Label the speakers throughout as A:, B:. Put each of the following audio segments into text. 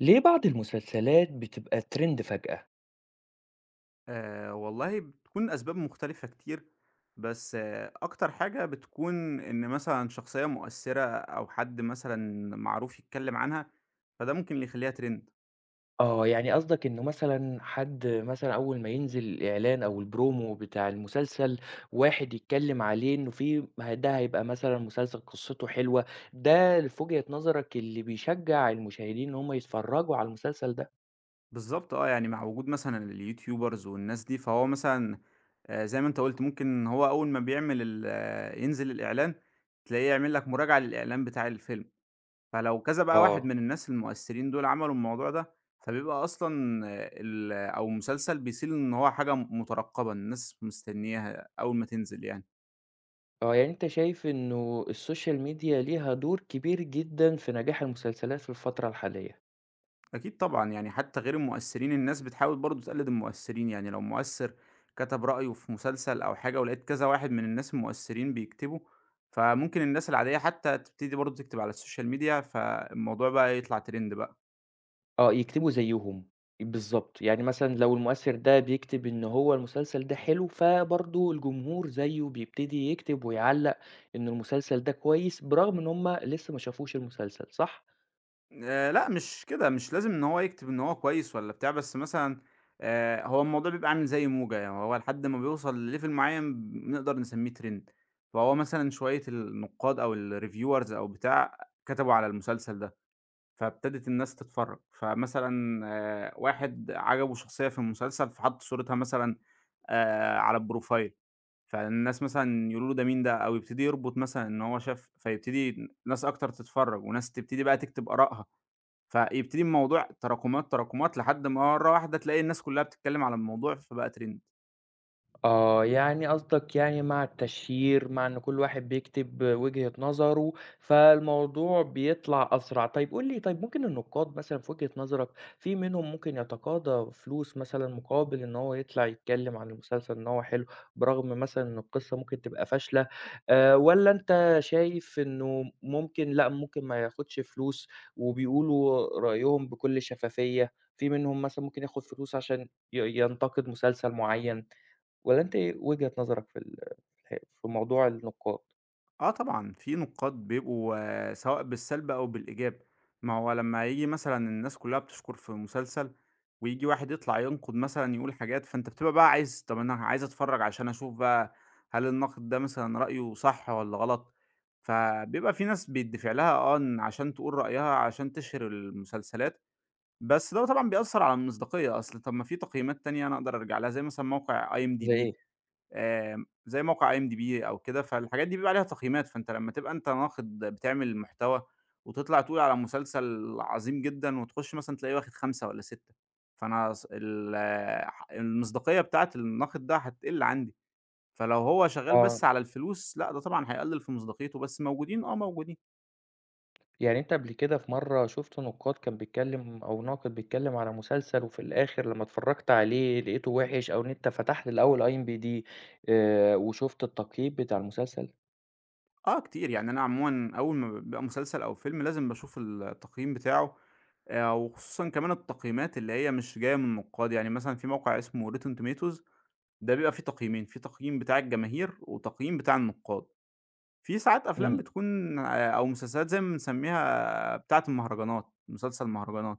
A: ليه بعض المسلسلات بتبقى ترند فجأة؟
B: والله بتكون أسباب مختلفة كتير، بس أكتر حاجة بتكون إن مثلًا شخصية مؤثّرة أو حد مثلًا معروف يتكلّم عنها، فده ممكن اللي يخلّيها trend.
A: آه، يعني قصدك إنه مثلًا حد مثلًا أول ما ينزل الإعلان أو البرومو بتاع المسلسل، واحد يتكلم عليه إنه في ده هيبقى مثلًا مسلسل قصته حلوة، ده في وجهة نظرك اللي بيشجّع المشاهدين إن هم يتفرّجوا على المسلسل ده.
B: بالضبط يعني مع وجود مثلًا اليوتيوبرز والناس دي، فهو مثلًا زي ما أنت قُلت ممكن هو أول ما بيعمل ال آه، ينزل الإعلان، تلاقيه يعمل لك مراجعة للإعلان بتاع الفيلم. فلو كذا بقى واحد
A: آه.
B: من الناس المؤثرين دول عملوا الموضوع ده، فبيبقى أصلًا ال أو مسلسل بيصير إن هو حاجة مترقبة، الناس مستنياها أول ما تنزل يعني.
A: آه، يعني أنت شايف إنه السوشيال ميديا ليها دور كبير جدًا في نجاح المسلسلات في الفترة الحالية.
B: أكيد طبعًا يعني حتى غير المؤثرين الناس بتحاول برضه تقلد المؤثرين، يعني لو مؤثر كتب رأيه في مسلسل أو حاجة ولقيت كذا واحد من الناس المؤثرين بيكتبوا، فممكن الناس العادية حتى تبتدي برضه تكتب على السوشيال ميديا، فالموضوع بقى يطلع ترند بقى.
A: آه، يكتبوا زيّهم، بالضبط، يعني مثلًا لو المؤثّر ده بيكتب إن هو المسلسل ده حلو، فبرضه الجمهور زيّه بيبتدي يكتب ويعلّق إن المسلسل ده كويس، برغم إن هُم لسه ما شافوش المسلسل، صح؟
B: لأ مش كده، مش لازم إن هو يكتب إن هو كويس والّا بتاع، بس مثلًا هو الموضوع بيبقى عامل زي موجة، يعني هو لحد ما بيوصل لlevel معيّن بنقدر نسميه trend، فهو مثلًا شوية النقاد أو الreviewers أو بتاع كتبوا على المسلسل ده، فابتدت الناس تتفرّج، فمثلًا واحد عجبه شخصية في المسلسل فحَط صورتها مثلًا على البروفايل، فالناس مثلًا يقولوا له ده مين ده، أو يبتدي يربط مثلًا إن هو شاف فيبتدي ناس أكتر تتفرّج وناس تبتدي بقى تكتب آرائها. فيبتدي الموضوع تراكمات، تراكمات، لحد ما مرّة واحدة تلاقي الناس كلّها بتتكلّم على الموضوع فبقى ترند.
A: آه، يعني قصدك يعني مع التشهير، مع إن كل واحد بيكتب وجهة نظره، فالموضوع بيطلع أسرع. طيب قُل لي طيب ممكن النقاد مثلًا في وجهة نظرك، في منهم ممكن يتقاضى فلوس مثلًا مقابل إن هو يطلع يتكلم عن المسلسل إن هو حلو، برغم مثلًا إن القصة ممكن تبقى فاشلة، والّا أنت شايف إنه ممكن لأ، ممكن ما ياخدش فلوس وبيقولوا رأيهم بكل شفافية، في منهم مثلًا ممكن ياخد فلوس عشان ينتقد مسلسل معين؟ والّا أنت إيه وجهة نظرك في ال في الح في موضوع النقاد؟
B: آه طبعًا، في نقاد بيبقوا سواء بالسلب أو بالإيجاب. ما هو لمّا ييجي مثلًا الناس كلّها بتشكر في مسلسل وييجي واحد يطلع ينقد مثلًا يقول حاجات، فأنت بتبقى بقى عايز طَب أنا عايز أتفرّج عشان أشوف بقى هل الناقد ده مثلًا رأيه صح والّا غلط، فبيبقى في ناس بيدّفع لها إن عشان تقول رأيها عشان تشهِر المسلسلات، بس ده طبعًا بيأثّر على المصداقية، أصل طَب ما في تقييمات تانية أنا أقدر أرجع لها، زي مثلًا موقع
A: زي
B: IMDb.
A: إيه؟
B: زي موقع IMDb أو كده، فالحاجات دي بيبقى عليها تقييمات، فأنت لمّا تبقى أنت ناقد بتعمل محتوى وتطلع تقول على مسلسل عظيم جدًا وتخش مثلًا تلاقيه واخد 5 والّا 6، فأنا ص ال ح المصداقية بتاعة الناقد ده هتقِل عندي، فلو هو شغّال
A: آه،
B: بس على الفلوس لأ، ده طبعًا هيقلِّل في مصداقيته، بس موجودين موجودين.
A: يعني أنت قبل كده في مرّة شُفت نقاد كان بيتكلّم أو ناقد بيتكلّم على مسلسل وفي الآخر لمّا اتفرّجت عليه لقيته وِحِش أو إن أنت فتحت الأول IMDb وشُفت التقييم بتاع المسلسل؟
B: آه كتير، يعني أنا عمومًا أول ما بيبقى مسلسل أو فيلم لازم باشوف التقييم بتاعه، وخصوصًا كمان التقييمات اللي هي مش جاية من النقاد، يعني مثلًا في موقع اسمه Rotten Tomatoes، ده بيبقى فيه تقييمين، في تقييم بتاع الجماهير وتقييم بتاع النقاد. في ساعات أفلام
A: إمم.
B: بتكون أو مسلسلات زي ما بنسميها بتاعة المهرجانات، مسلسل مهرجانات،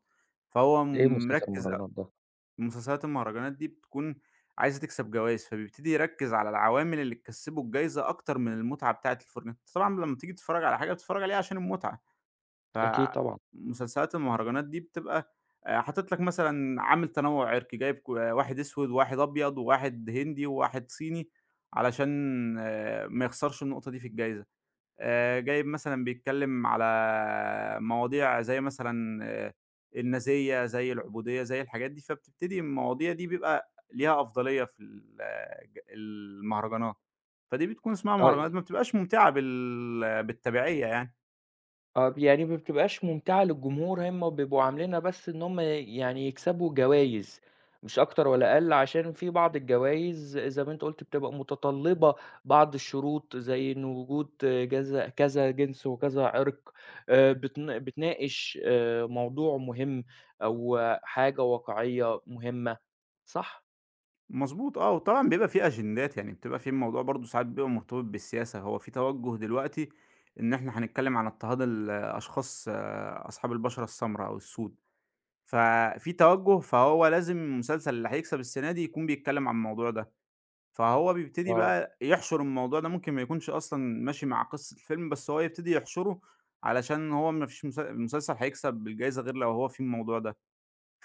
B: فهو
A: إيه مسلسل
B: مركّز
A: المهرجانات ده؟
B: مسلسلات المهرجانات دي بتكون عايزة تكسب جوايز، فبيبتدي يركّز على العوامل اللي تكسّبه الجايزة أكتر من المتعة بتاعة الفرجة، أنت طبعًا لمّا تيجي تتفرّج على حاجة بتتفرّج عليها عشان المتعة،
A: أكيد طبعًا.
B: فمسلسلات المهرجانات دي بتبقى حاطط لك مثلًا عامل تنوُّع عرقي، جايب واحد أسود وواحد أبيض وواحد هندي وواحد صيني علشان ما يخسرش النقطة دي في الجايزة. جايب مثلًا بيتكلّم على مواضيع زي مثلًا النازية، زي العبودية، زي الحاجات دي، فبتبتدي المواضيع دي بيبقى ليها أفضلية في ال آه، ج المهرجانات، فدي بتكون اسمها
A: آه.
B: مهرجانات ما بتبقاش ممتعة بالتبعية يعني.
A: آه، يعني ما بتبقاش ممتعة للجمهور، هم بيبقوا عاملينها بس إن هم يعني يكسبوا جوايز، مش أكتر ولا أقل، عشان في بعض الجوايز زي ما أنت قُلت بتبقى متطلبة بعض الشروط، زي إن وجود جذا كذا جنس وكذا عرق، بتناقش موضوع مهم أو حاجة واقعية مهمة، صح؟
B: مضبوط آه، وطبعًا بيبقى في أجندات، يعني بتبقى في الموضوع برضه ساعات بيبقى مرتبط بالسياسة، هو في توجُّه دلوقتي إن إحنا هنتكلّم عن اضطهاد الأشخاص أصحاب البشرة السمرا أو السود. ففي توجّه، فهو لازم المسلسل اللي هيكسب السنة دي يكون بيتكلّم عن الموضوع ده، فهو بيبتدي
A: آه،
B: بقى يحشُر الموضوع ده، ممكن ما يكونش أصلًا ماشي مع قصة الفيلم، بس هو يبتدي يحشُره علشان هو ما فيش مسلسل هيكسب الجايزة غير لو هو فيه الموضوع ده،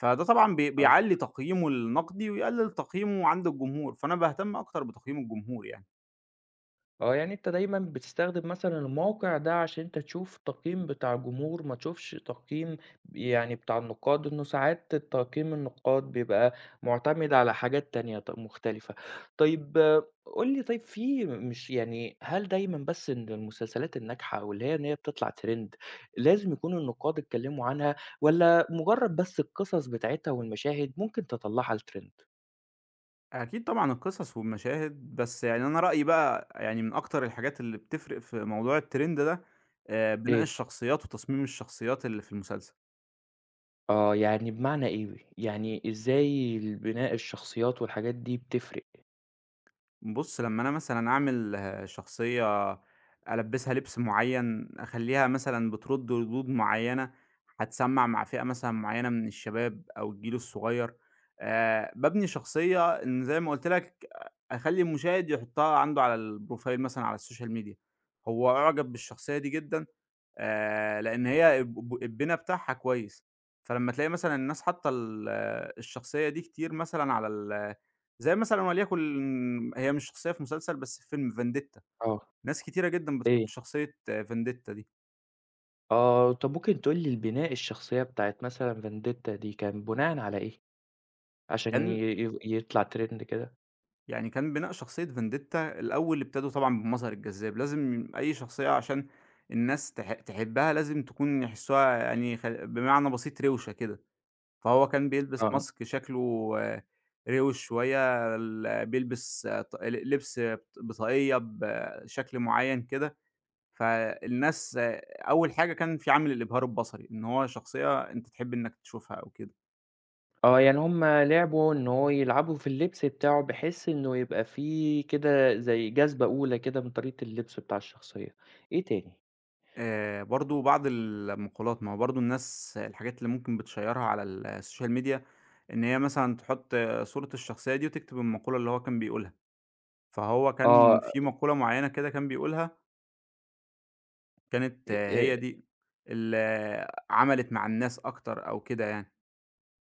B: فده طبعًا بي
A: آه.
B: بيعلّي تقييمه النقدي ويقلّل تقييمه عند الجمهور، فأنا باهتم أكتر بتقييم الجمهور يعني.
A: آه، يعني أنت دايمًا بتستخدم مثلًا الموقع ده عشان أنت تشوف تقييم بتاع الجمهور، ما تشوفش تقييم يعني بتاع النقاد، إنه ساعات تقييم النقاد بيبقى معتمد على حاجات تانية مختلفة. طيب قُل لي طيب في مش يعني هل دايمًا بس إن المسلسلات الناجحة أو اللي هي إن هي بتطلع ترند لازم يكون النقاد اتكلموا عنها والّا مجرد بس القصص بتاعتها والمشاهد ممكن تطلعها لترند؟
B: أكيد طبعًا القصص والمشاهد، بس يعني أنا رأيي بقى يعني من أكتر الحاجات اللي بتفرق في موضوع الtrend ده، بناء
A: إيه؟
B: الشخصيات وتصميم الشخصيات اللي في المسلسل.
A: آه، يعني بمعنى إيه؟ يعني إزاي بناء الشخصيات والحاجات دي بتفرق؟
B: بُص، لمّا أنا مثلًا أعمل شخصية ألبّسها لبس معيّن، أخلّيها مثلًا بترُد ردود معيّنة، هتسمّع مع فئة مثلًا معيّنة من الشباب أو الجيل الصغير. بابني شخصية إن زي ما قُلت لك أخلّي المشاهد يحطّها عنده على الprofile مثلًا على السوشيال ميديا، هو أُعجب بالشخصية دي جدًا لإن هي البِنَى بتاعها كويس، فلمّا تلاقي مثلًا الناس حاطّة الشخصية دي كتير مثلًا على زي مثلًا وليكن هي مش شخصية في مسلسل بس في فيلم فانديتا،
A: آه،
B: ناس كتيرة جدًا بتحط
A: إيه؟
B: شخصية فانديتا دي،
A: آه، طب ممكن تقول لي البناء الشخصية بتاعة مثلًا Vendetta دي كان بناءً على إيه؟ عشان ي
B: كان
A: ي يطلع ترند كده؟
B: كان بناء شخصية فانديتا الأول ابتدوا طبعًا بالمظهر الجذاب، لازم أي شخصية عشان الناس تحبها لازم تكون يحسّوها يعني بمعنى بسيط روشة كده. فهو كان بيلبس
A: آه،
B: ماسك شكله آه، روش شوية، بيلبس آه، ط ل لبس بط بطاقية بشكل معيّن كده، فالناس أول حاجة كان في عامل الإبهار البصري، إن هو شخصية أنت تحب إنك تشوفها أو كده.
A: آه، يعني هُم لعبوا إن هو يلعبوا في اللبس بتاعه بحيث إنه يبقى في كده زي جاذبة أولى كده من طريقة اللبس بتاع الشخصية، إيه تاني؟
B: برضه بعض المقولات، ما هو برضه الناس الحاجات اللي ممكن بتشيّرها على السوشيال ميديا، إن هي مثلًا تحُط صورة الشخصية دي وتكتب المقولة اللي هو كان بيقولها، فهو
A: آه،
B: كان في
A: أ
B: مقولة معيّنة كده كان بيقولها كانت هي
A: أ
B: دي اللي عملت مع الناس أكتر أو كده يعني.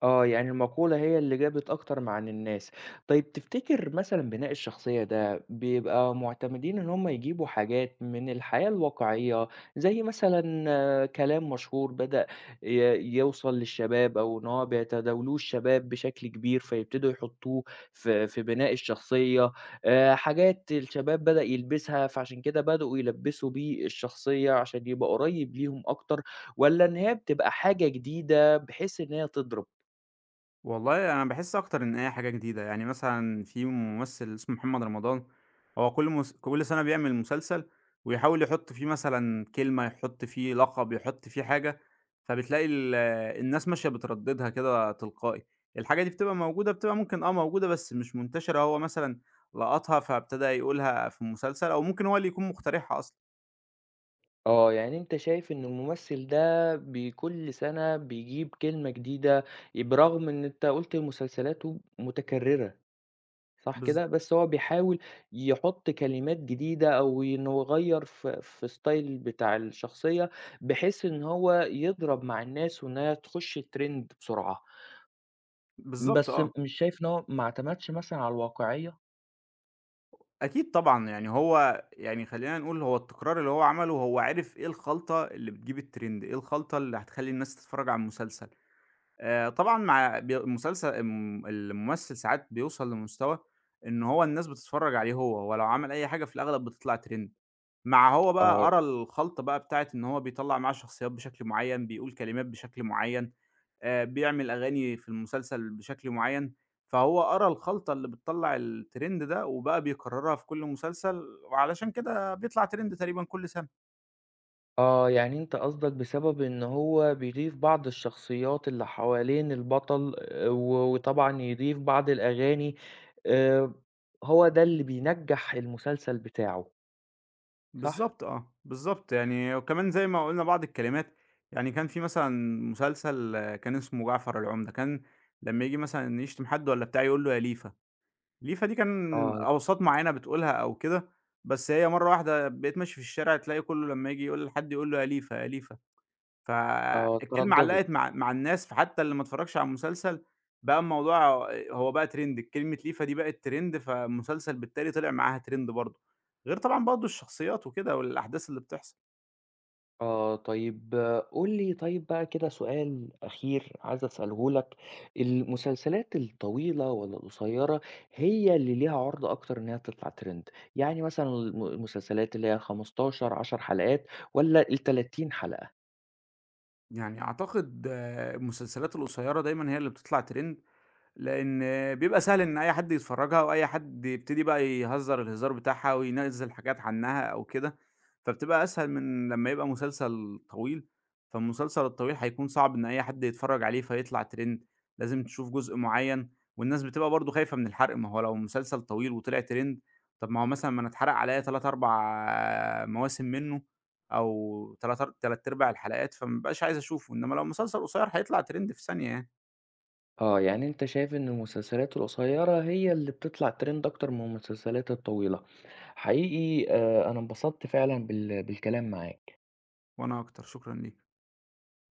A: آه، يعني المقولة هي اللي جابت أكتر مع عن الناس. طيب تفتكر مثلًا بناء الشخصية ده بيبقى معتمدين إن هم يجيبوا حاجات من الحياة الواقعية، زي مثلًا كلام مشهور بدأ ي يوصل للشباب أو إن هو بيتداولوه الشباب بشكل كبير، فيبتدوا يحطّوه في بناء الشخصية، حاجات الشباب بدأ يلبسها فعشان كده بدؤوا يلبّسوا بيه الشخصية عشان يبقى قريب ليهم أكتر، والّا إن هي بتبقى حاجة جديدة بحيث إن هي تضرب؟
B: والله أنا باحس أكتر إن هي حاجة جديدة، يعني مثلًا في ممثل اسمه محمد رمضان، هو كل سنة بيعمل مسلسل ويحاول يحط فيه مثلًا كلمة، يحط فيه لقب، يحط فيه حاجة، فبتلاقي الناس ماشية بترددها كده تلقائي. الحاجة دي بتبقى موجودة، بتبقى ممكن موجودة بس مش منتشرة، هو مثلًا لقطها فابتدى يقولها في المسلسل أو ممكن هو اللي يكون مقترحها أصلًا.
A: آه، يعني أنت شايف إن الممثل ده كل سَنة بيجيب كلمة جديدة، برغم إن أنت قُلت مسلسلاته متكررة، صح
B: بالض
A: كده؟ بس هو بيحاول يحُط كلمات جديدة أو إنه يغيّر في style بتاع الشخصية، بحيث إن هو يضرب مع الناس وإنها تخُش trend بسرعة،
B: بالضبط
A: بس
B: آه.
A: مش شايف إن هو ما اعتمدش مثلًا على الواقعية؟
B: أكيد طبعًا، يعني هو يعني خلّينا نقول هو التكرار اللي هو عمله هو عرف إيه الخلطة اللي بتجيب الtrend، إيه الخلطة اللي هتخلّي الناس تتفرّج على المسلسل. طبعًا مع بي المسلسل الم الممثل ساعات بيوصل لمستوى إن هو الناس بتتفرّج عليه هو، هو لو عمل أي حاجة في الأغلب بتطلع trend. مع هو بقى
A: آه.
B: قرا الخلطة بقى بتاعة إن هو بيطلّع معاه شخصيات بشكل معيّن، بيقول كلمات بشكل معيّن، بيعمل أغاني في المسلسل بشكل معيّن، فهو قرا الخلطة اللي بتطلّع الtrend ده وبقى بيكررها في كل مسلسل، وعلشان كده بيطلع trend تقريبًا كل سنة.
A: آه، يعني أنت قصدك بسبب إن هو بيضيف بعض الشخصيات اللي حوالين البطل وطبعًا يضيف بعض الأغاني آآ، هو ده اللي بينجّح المسلسل بتاعه، صح؟
B: بالضبط، بالضبط يعني وكمان زي ما قُلنا بعض الكلمات، يعني كان في مثلًا مسلسل كان اسمه جعفر العمدة، كان لمّا ييجي مثلًا يشتم حد والّا بتاع يقول له يا ليفا، ليفا دي كان
A: آه،
B: أوساط معيّنة بتقولها أو كده، بس هي مرّة واحدة بقيت ماشي في الشارع تلاقي كُلّه لمّا ييجي يقول لحد يقول له يا ليفا، يا ليفا.
A: آه،
B: فالكلمة
A: اترددت.
B: علّقت مع الناس، فحتى اللي ما اتفرّجش على المسلسل بقى الموضوع هو بقى ترند، كلمة ليفا دي بقت ترند، فالمسلسل بالتالي طلع معاها ترند برضه، غير طبعًا برضه الشخصيات وكده والأحداث اللي بتحصل.
A: آه، طيب قُل لي طيب بقى كده سؤال أخير عايز أسأله لك، المسلسلات الطويلة والّا القصيرة هي اللي ليها عُرْضة أكتر إنها تطلع trend؟ يعني مثلًا المسلسلات اللي هي 15، 10 حلقات والّا الـ30 حلقة؟
B: يعني أعتقد المسلسلات القصيّرة دايمًا هي اللي بتطلع ترند. لإن بيبقى سهل إن أي حد يتفرّجها وأي حد يبتدي بقى يهزّر الهزار بتاعها وينزّل حاجات عنّها أو كده، فبتبقى أسهل من لمّا يبقى مسلسل طويل، فالمسلسل الطويل هيكون صعب إن أي حد يتفرّج عليه فيطلع trend، لازم تشوف جزء معيّن والناس بتبقى برضه خايفة من الحرق، ما هو لو مسلسل طويل وطلع trend طَب ما هو مثلًا ما أنا اتحرق عليّا 3، 4 مواسم منّه أو تلات أرباع الحلقات، فما بابقاش عايز أشوفه، إنّما لو مسلسل قصيّر هيطلع trend في ثانية يعني.
A: آه، يعني أنت شايف إن المسلسلات القصيرة هي اللي بتطلع trend أكتر من المسلسلات الطويلة. حقيقي أنا انبسطت فعلًا بالكلام معاك.
B: وأنا أكتر، شكرًا ليك.